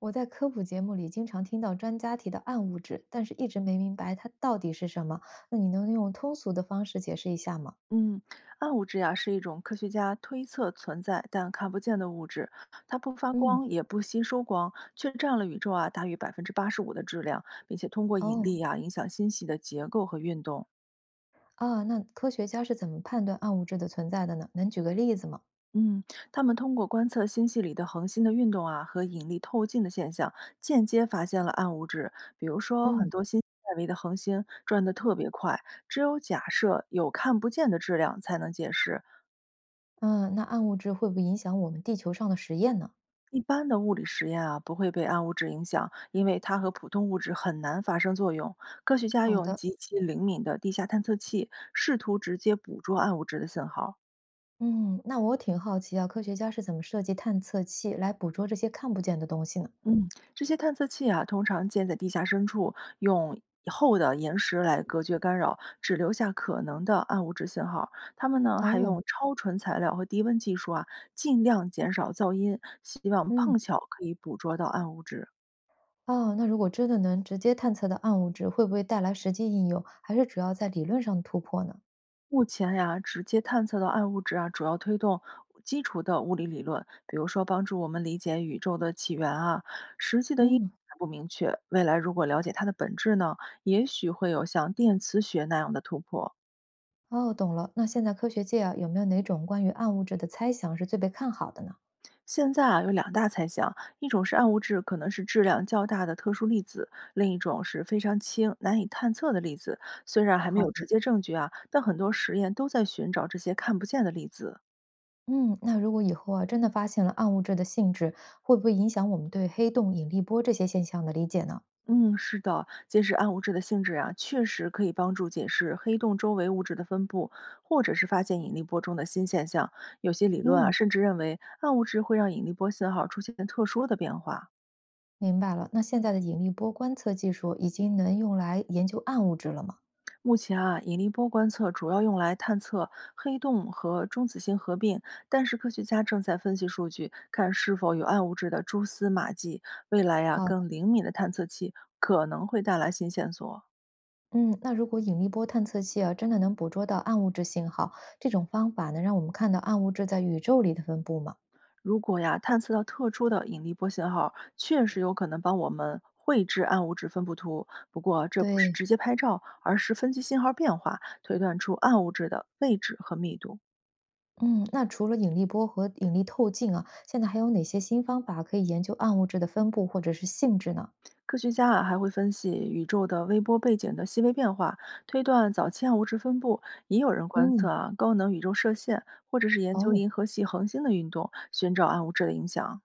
我在科普节目里经常听到专家提到暗物质，但是一直没明白它到底是什么。那你能用通俗的方式解释一下吗？嗯，暗物质呀是一种科学家推测存在但看不见的物质，它不发嗯，光也不吸收光，却占了宇宙啊大约85%的质量，并且通过引哦，力呀、影响星系的结构和运动。啊，那科学家是怎么判断暗物质的存在的呢？能举个例子吗？嗯，他们通过观测星系里的恒星的运动啊和引力透镜的现象，间接发现了暗物质。比如说，很嗯多新外围的恒星转得特别快，只有假设有看不见的质量才能解释。嗯，那暗物质会不会影响我们地球上的实验呢？一般的物理实验啊，不会被暗物质影响，因为它和普通物质很难发生作用。科学家好用的，极其灵敏的地下探测器，试图直接捕捉暗物质的信号。嗯，那我挺好奇啊，科学家是怎么设计探测器来捕捉这些看不见的东西呢？嗯，这些探测器啊，通常建在地下深处，用厚的岩石来隔绝干扰，只留下可能的暗物质信号。他们呢，还哦，用超纯材料和低温技术啊，尽量减少噪音，希望嗯。碰巧可以捕捉到暗物质。哦，那如果真的能直接探测到暗物质，会不会带来实际应用？还是主要在理论上突破呢？目前呀，直接探测到暗物质啊，主要推动基础的物理理论，比如说帮助我们理解宇宙的起源啊。实际的应嗯，还不明确，未来如果了解它的本质呢，也许会有像电磁学那样的突破。哦，懂了。那现在科学界啊，有没有哪种关于暗物质的猜想是最被看好的呢？现在啊，有两大猜想，一种是暗物质可能是质量较大的特殊粒子，另一种是非常轻、难以探测的粒子。虽然还没好有直的。接证据啊，但很多实验都在寻找这些看不见的粒子。嗯，那如果以后啊，真的发现了暗物质的性质，会不会影响我们对黑洞、引力波这些现象的理解呢？嗯，是的，揭示暗物质的性质啊，确实可以帮助解释黑洞周围物质的分布，或者是发现引力波中的新现象。有些理论嗯，甚至认为暗物质会让引力波信号出现特殊的变化。明白了。那现在的引力波观测技术已经能用来研究暗物质了吗？目前啊，引力波观测主要用来探测黑洞和中子星合并，但是科学家正在分析数据，看是否有暗物质的蛛丝马迹。未来呀、好，更灵敏的探测器可能会带来新线索。嗯，那如果引力波探测器啊，真的能捕捉到暗物质信号，这种方法能让我们看到暗物质在宇宙里的分布吗？如果呀，探测到特殊的引力波信号，确实有可能帮我们绘制暗物质分布图。不过，这不是对，直接拍照，而是分析信号变化，推断出暗物质的位置和密度。嗯，那除了引力波和引力透镜啊，现在还有哪些新方法可以研究暗物质的分布或者是性质呢？科学家啊，还会分析宇宙的微波背景的细微变化，推断早期暗物质分布。也有人观测嗯，啊，高能宇宙射线，或者是研究哦，银河系恒星的运动，寻找暗物质的影响。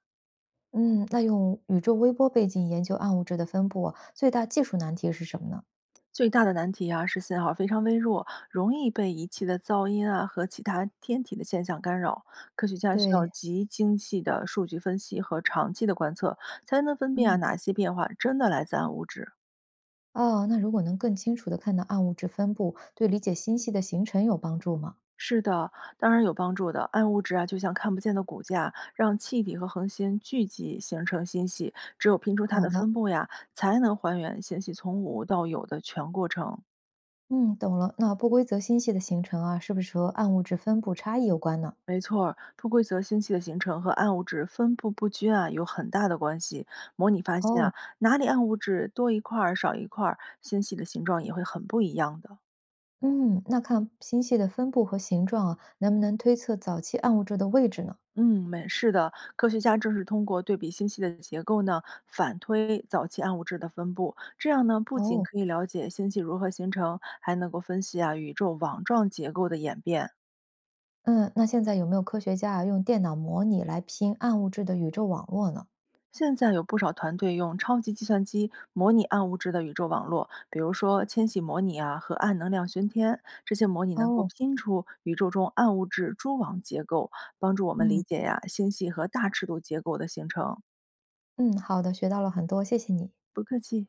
嗯，那用宇宙微波背景研究暗物质的分布啊，最大技术难题是什么呢？最大的难题啊是信号非常微弱，容易被仪器的噪音啊和其他天体的现象干扰。科学家需要对，极精细的数据分析和长期的观测，才能分辨啊嗯，哪些变化真的来自暗物质。哦，那如果能更清楚的看到暗物质分布，对理解星系的形成有帮助吗？是的，当然有帮助的。暗物质啊，就像看不见的骨架，让气体和恒星聚集形成星系。只有拼出它好的的。分布呀，才能还原星系从无到有的全过程。嗯，懂了。那不规则星系的形成啊，是不是和暗物质分布差异有关呢？没错儿，不规则星系的形成和暗物质分布不均啊有很大的关系。模拟发现哦，啊，哪里暗物质多一块儿少一块儿，星系的形状也会很不一样的。嗯，那看星系的分布和形状啊，能不能推测早期暗物质的位置呢？嗯，没是的，科学家正是通过对比星系的结构呢，反推早期暗物质的分布。这样呢，不仅哦，可以了解星系如何形成，还能够分析啊宇宙网状结构的演变。嗯，那现在有没有科学家啊用电脑模拟来拼暗物质的宇宙网络呢？现在有不少团队用超级计算机模拟暗物质的宇宙网络，比如说千禧模拟啊和暗能量巡天，这些模拟能够哦，拼出宇宙中暗物质蛛网结构，帮助我们理嗯解呀星系和大尺度结构的形成。嗯，好的，学到了很多，谢谢你。不客气。